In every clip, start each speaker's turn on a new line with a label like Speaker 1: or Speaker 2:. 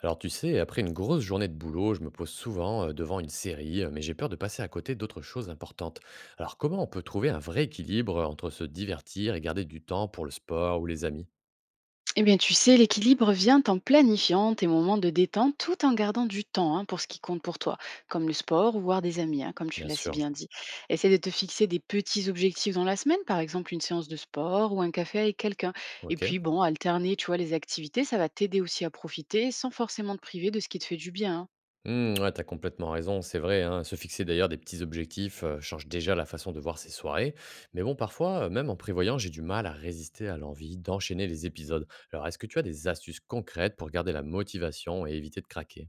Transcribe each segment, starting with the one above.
Speaker 1: Alors tu sais, après une grosse journée de boulot, je me pose souvent devant une série, mais j'ai peur de passer à côté d'autres choses importantes. Alors comment on peut trouver un vrai équilibre entre se divertir et garder du temps pour le sport ou les amis.
Speaker 2: Eh bien, tu sais, l'équilibre vient en planifiant tes moments de détente tout en gardant du temps hein, pour ce qui compte pour toi, comme le sport ou voir des amis, hein, comme tu
Speaker 1: Bien
Speaker 2: l'as si
Speaker 1: sûr.
Speaker 2: bien dit. Essaie de te fixer des petits objectifs dans la semaine, par exemple une séance de sport ou un café avec quelqu'un. Et
Speaker 1: Ok.
Speaker 2: puis, bon, alterner, tu vois, les activités, ça va t'aider aussi à profiter sans forcément te priver de ce qui te fait du bien. Hein.
Speaker 1: Ouais, t'as complètement raison, c'est vrai, hein. Se fixer d'ailleurs des petits objectifs change déjà la façon de voir ses soirées. Mais bon, parfois, même en prévoyant, j'ai du mal à résister à l'envie d'enchaîner les épisodes. Alors, est-ce que tu as des astuces concrètes pour garder la motivation et éviter de craquer?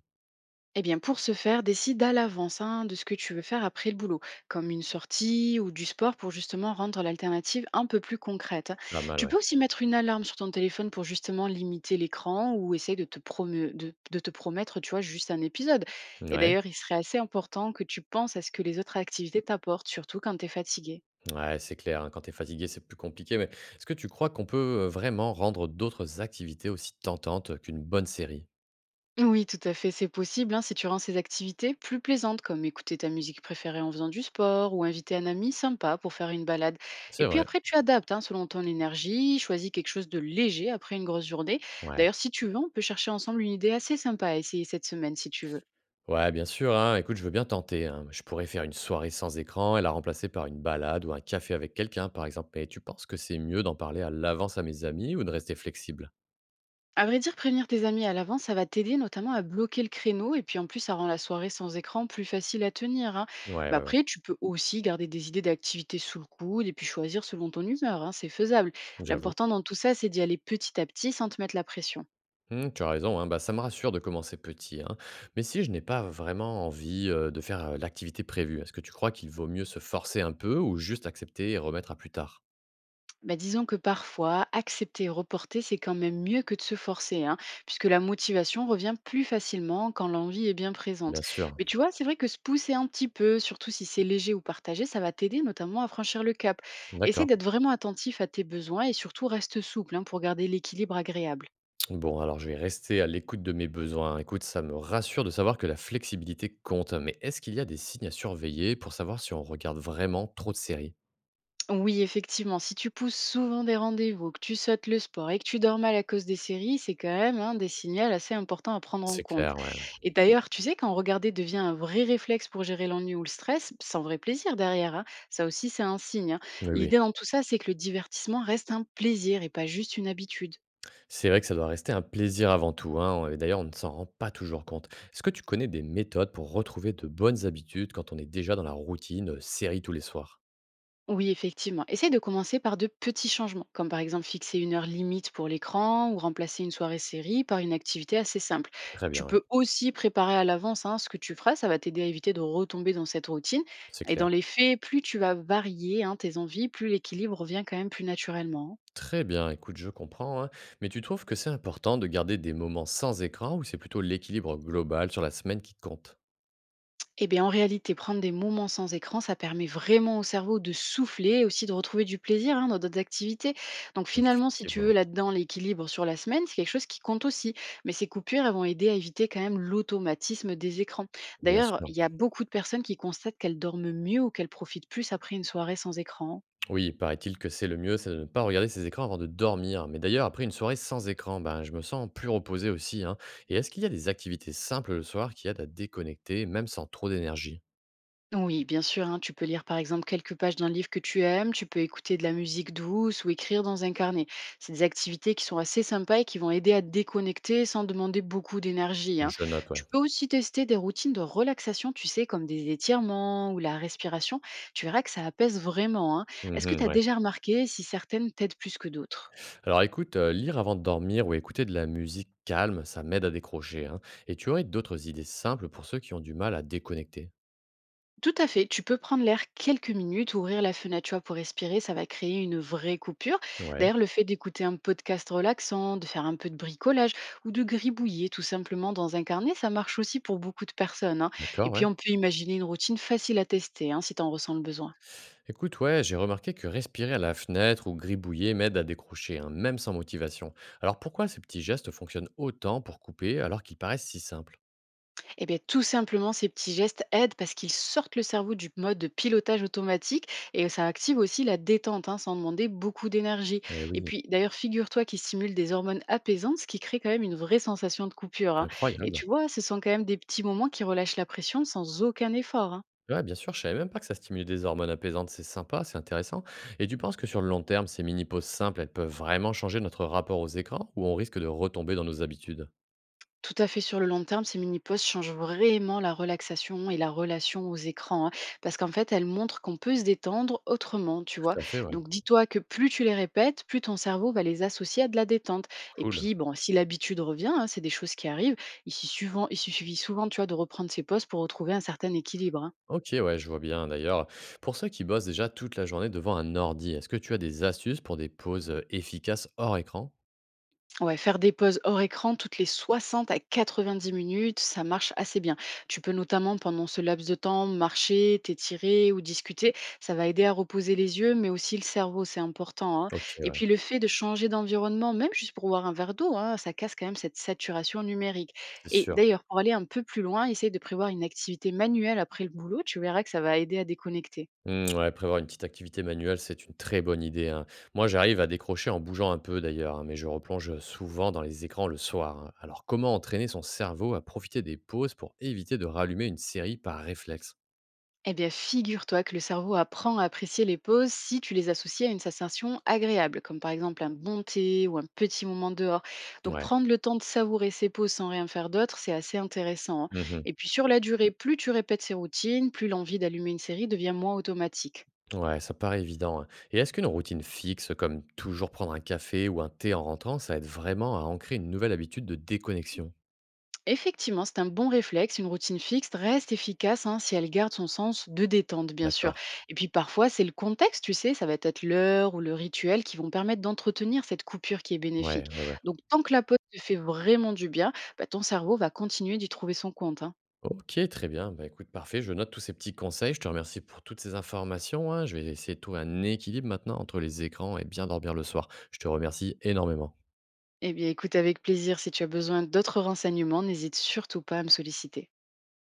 Speaker 2: Eh bien, pour ce faire, décide à l'avance hein, de ce que tu veux faire après le boulot, comme une sortie ou du sport pour justement rendre l'alternative un peu plus concrète. Hein.
Speaker 1: Pas mal,
Speaker 2: Tu
Speaker 1: ouais.
Speaker 2: peux aussi mettre une alarme sur ton téléphone pour justement limiter l'écran ou essayer de de te promettre, tu vois, juste un épisode. Et
Speaker 1: Ouais.
Speaker 2: d'ailleurs, il serait assez important que tu penses à ce que les autres activités t'apportent, surtout quand tu es fatigué.
Speaker 1: Ouais, c'est clair, hein, quand tu es fatigué, c'est plus compliqué, mais est-ce que tu crois qu'on peut, vraiment rendre d'autres activités aussi tentantes qu'une bonne série?
Speaker 2: Oui, tout à fait, c'est possible hein, si tu rends ces activités plus plaisantes, comme écouter ta musique préférée en faisant du sport ou inviter un ami sympa pour faire une balade. Et
Speaker 1: C'est
Speaker 2: puis
Speaker 1: vrai,
Speaker 2: après, tu adaptes hein, selon ton énergie, choisis quelque chose de léger après une grosse journée.
Speaker 1: ouais.
Speaker 2: D'ailleurs, si tu veux, on peut chercher ensemble une idée assez sympa à essayer cette semaine si tu veux.
Speaker 1: Ouais, bien sûr, hein, écoute, je veux bien tenter, hein. Je pourrais faire une soirée sans écran et la remplacer par une balade ou un café avec quelqu'un, par exemple, mais tu penses que c'est mieux d'en parler à l'avance à mes amis ou de rester flexible?
Speaker 2: À vrai dire, prévenir tes amis à l'avance, ça va t'aider notamment à bloquer le créneau et puis en plus, ça rend la soirée sans écran plus facile à tenir. Hein.
Speaker 1: Ouais,
Speaker 2: Mais
Speaker 1: ouais, ouais,
Speaker 2: après, tu peux aussi garder des idées d'activités sous le coude et puis choisir selon ton humeur. Hein, c'est faisable.
Speaker 1: j'avoue.
Speaker 2: L'important dans tout ça, c'est d'y aller petit à petit sans te mettre la pression.
Speaker 1: Mmh, tu as raison, hein. Bah, ça me rassure de commencer petit, hein. Mais si je n'ai pas vraiment envie, de faire, l'activité prévue, est-ce que tu crois qu'il vaut mieux se forcer un peu ou juste accepter et remettre à plus tard?
Speaker 2: Bah, disons que parfois, accepter et reporter, c'est quand même mieux que de se forcer, hein, puisque la motivation revient plus facilement quand l'envie est bien présente.
Speaker 1: Bien sûr,
Speaker 2: Mais tu vois, c'est vrai que se pousser un petit peu, surtout si c'est léger ou partagé, ça va t'aider notamment à franchir le cap. Essaye
Speaker 1: d'accord.
Speaker 2: d'être vraiment attentif à tes besoins et surtout reste souple hein, pour garder l'équilibre agréable.
Speaker 1: Bon, alors je vais rester à l'écoute de mes besoins. Écoute, ça me rassure de savoir que la flexibilité compte, mais est-ce qu'il y a des signes à surveiller pour savoir si on regarde vraiment trop de séries?
Speaker 2: Oui, effectivement, si tu pousses souvent des rendez-vous, que tu sautes le sport et que tu dors mal à cause des séries, c'est quand même hein, des signaux assez importants à prendre en
Speaker 1: C'est
Speaker 2: compte.
Speaker 1: clair, ouais.
Speaker 2: Et d'ailleurs, tu sais, quand regarder devient un vrai réflexe pour gérer l'ennui ou le stress, sans vrai plaisir derrière, hein, ça aussi c'est un signe. Hein.
Speaker 1: Oui, oui.
Speaker 2: L'idée dans tout ça, c'est que le divertissement reste un plaisir et pas juste une habitude.
Speaker 1: C'est vrai que ça doit rester un plaisir avant tout, hein, et d'ailleurs on ne s'en rend pas toujours compte. Est-ce que tu connais des méthodes pour retrouver de bonnes habitudes quand on est déjà dans la routine, série tous les soirs?
Speaker 2: Oui, effectivement. Essaye de commencer par de petits changements, comme par exemple fixer une heure limite pour l'écran ou remplacer une soirée série par une activité assez simple.
Speaker 1: Très
Speaker 2: Tu
Speaker 1: bien, ouais,
Speaker 2: peux aussi préparer à l'avance hein, ce que tu feras, ça va t'aider à éviter de retomber dans cette routine.
Speaker 1: c'est
Speaker 2: Et
Speaker 1: clair.
Speaker 2: dans les faits, plus tu vas varier hein, tes envies, plus l'équilibre revient quand même plus naturellement. Hein.
Speaker 1: Très bien, écoute, je comprends, hein, mais tu trouves que c'est important de garder des moments sans écran ou c'est plutôt l'équilibre global sur la semaine qui compte?
Speaker 2: Eh bien, en réalité, prendre des moments sans écran, ça permet vraiment au cerveau de souffler et aussi de retrouver du plaisir hein, dans d'autres activités. Donc, finalement, si tu veux
Speaker 1: Effectivement,
Speaker 2: là-dedans l'équilibre sur la semaine, c'est quelque chose qui compte aussi. Mais ces coupures, elles vont aider à éviter quand même l'automatisme des écrans.
Speaker 1: bien
Speaker 2: D'ailleurs,
Speaker 1: sûr.
Speaker 2: il y a beaucoup de personnes qui constatent qu'elles dorment mieux ou qu'elles profitent plus après une soirée sans écran. Hein.
Speaker 1: Oui, paraît-il que c'est le mieux, c'est de ne pas regarder ses écrans avant de dormir. Mais d'ailleurs, après une soirée sans écran, ben, je me sens plus reposé aussi, hein. Et est-ce qu'il y a des activités simples le soir qui aident à déconnecter, même sans trop d'énergie?
Speaker 2: Oui, bien sûr, hein, tu peux lire par exemple quelques pages d'un livre que tu aimes, tu peux écouter de la musique douce ou écrire dans un carnet. C'est des activités qui sont assez sympas et qui vont aider à te déconnecter sans demander beaucoup d'énergie. Hein.
Speaker 1: Je note,
Speaker 2: Tu
Speaker 1: ouais.
Speaker 2: peux aussi tester des routines de relaxation, tu sais, comme des étirements ou la respiration. Tu verras que ça apaise vraiment. Hein. Est-ce que tu
Speaker 1: Mhm,
Speaker 2: as
Speaker 1: ouais.
Speaker 2: déjà remarqué si certaines t'aident plus que d'autres?
Speaker 1: Alors écoute, lire avant de dormir ou écouter de la musique calme, ça m'aide à décrocher, hein. Et tu aurais d'autres idées simples pour ceux qui ont du mal à déconnecter?
Speaker 2: Tout à fait, tu peux prendre l'air quelques minutes, ouvrir la fenêtre, tu vois, pour respirer, ça va créer une vraie coupure.
Speaker 1: Ouais,
Speaker 2: D'ailleurs, le fait d'écouter un podcast relaxant, de faire un peu de bricolage ou de gribouiller tout simplement dans un carnet, ça marche aussi pour beaucoup de personnes. Hein. Et
Speaker 1: d'accord,
Speaker 2: puis,
Speaker 1: ouais.
Speaker 2: on peut imaginer une routine facile à tester hein, si tu en ressens le besoin.
Speaker 1: Écoute, ouais, j'ai remarqué que respirer à la fenêtre ou gribouiller m'aide à décrocher, hein, même sans motivation. Alors pourquoi ces petits gestes fonctionnent autant pour couper alors qu'ils paraissent si simples?
Speaker 2: Eh bien, tout simplement, ces petits gestes aident parce qu'ils sortent le cerveau du mode de pilotage automatique et ça active aussi la détente hein, sans demander beaucoup d'énergie.
Speaker 1: Eh
Speaker 2: Et
Speaker 1: oui,
Speaker 2: puis, d'ailleurs, figure-toi qu'ils stimulent des hormones apaisantes, ce qui crée quand même une vraie sensation de coupure. Hein. Et
Speaker 1: incroyable.
Speaker 2: tu vois, ce sont quand même des petits moments qui relâchent la pression sans aucun effort. Hein.
Speaker 1: Ouais, bien sûr, je savais même pas que ça stimulait des hormones apaisantes, c'est sympa, c'est intéressant. Et tu penses que sur le long terme, ces mini-pauses simples, elles peuvent vraiment changer notre rapport aux écrans ou on risque de retomber dans nos habitudes?
Speaker 2: Tout à fait, sur le long terme, ces mini-pauses changent vraiment la relaxation et la relation aux écrans, hein, parce qu'en fait, elles montrent qu'on peut se détendre autrement, tu vois.
Speaker 1: Tout à fait, ouais.
Speaker 2: Donc, dis-toi que plus tu les répètes, plus ton cerveau va les associer à de la détente. Et
Speaker 1: Cool.
Speaker 2: puis, bon, si l'habitude revient, hein, c'est des choses qui arrivent, il suffit souvent, tu vois, de reprendre ces pauses pour retrouver un certain équilibre. Hein.
Speaker 1: Ok, ouais, je vois bien d'ailleurs. Pour ceux qui bossent déjà toute la journée devant un ordi, est-ce que tu as des astuces pour des pauses efficaces hors écran?
Speaker 2: Ouais, faire des pauses hors écran toutes les 60 à 90 minutes, ça marche assez bien. Tu peux notamment, pendant ce laps de temps, marcher, t'étirer ou discuter. Ça va aider à reposer les yeux, mais aussi le cerveau, c'est important. Hein.
Speaker 1: OK,
Speaker 2: Et
Speaker 1: ouais,
Speaker 2: puis le fait de changer d'environnement, même juste pour boire un verre d'eau, hein, ça casse quand même cette saturation numérique.
Speaker 1: c'est
Speaker 2: Et
Speaker 1: sûr.
Speaker 2: d'ailleurs, pour aller un peu plus loin, essaye de prévoir une activité manuelle après le boulot. Tu verras que ça va aider à déconnecter.
Speaker 1: Mmh, ouais, prévoir une petite activité manuelle, c'est une très bonne idée, hein. Moi, j'arrive à décrocher en bougeant un peu d'ailleurs, hein, mais je replonge souvent dans les écrans le soir, hein. Alors, comment entraîner son cerveau à profiter des pauses pour éviter de rallumer une série par réflexe?
Speaker 2: Eh bien, figure-toi que le cerveau apprend à apprécier les pauses si tu les associes à une sensation agréable, comme par exemple un bon thé ou un petit moment dehors. Donc,
Speaker 1: Ouais.
Speaker 2: prendre le temps de savourer ces pauses sans rien faire d'autre, c'est assez intéressant. Hein.
Speaker 1: Mmh.
Speaker 2: Et puis, sur la durée, plus tu répètes ces routines, plus l'envie d'allumer une série devient moins automatique.
Speaker 1: Ouais, ça paraît évident, hein. Et est-ce qu'une routine fixe, comme toujours prendre un café ou un thé en rentrant, ça aide vraiment à ancrer une nouvelle habitude de déconnexion?
Speaker 2: Effectivement, c'est un bon réflexe. Une routine fixe reste efficace hein, si elle garde son sens de détente, bien sûr.
Speaker 1: D'accord.
Speaker 2: Et puis parfois, c'est le contexte, tu sais, ça va être l'heure ou le rituel qui vont permettre d'entretenir cette coupure qui est
Speaker 1: Ouais,
Speaker 2: bénéfique.
Speaker 1: ouais, ouais.
Speaker 2: Donc, tant que la pause te fait vraiment du bien, bah, ton cerveau va continuer d'y trouver son compte. Hein.
Speaker 1: Ok, très bien. Bah, écoute, parfait. Je note tous ces petits conseils. Je te remercie pour toutes ces informations, hein. Je vais essayer de trouver un équilibre maintenant entre les écrans et bien dormir le soir. Je te remercie énormément.
Speaker 2: Eh bien, écoute avec plaisir. Si tu as besoin d'autres renseignements, n'hésite surtout pas à me solliciter.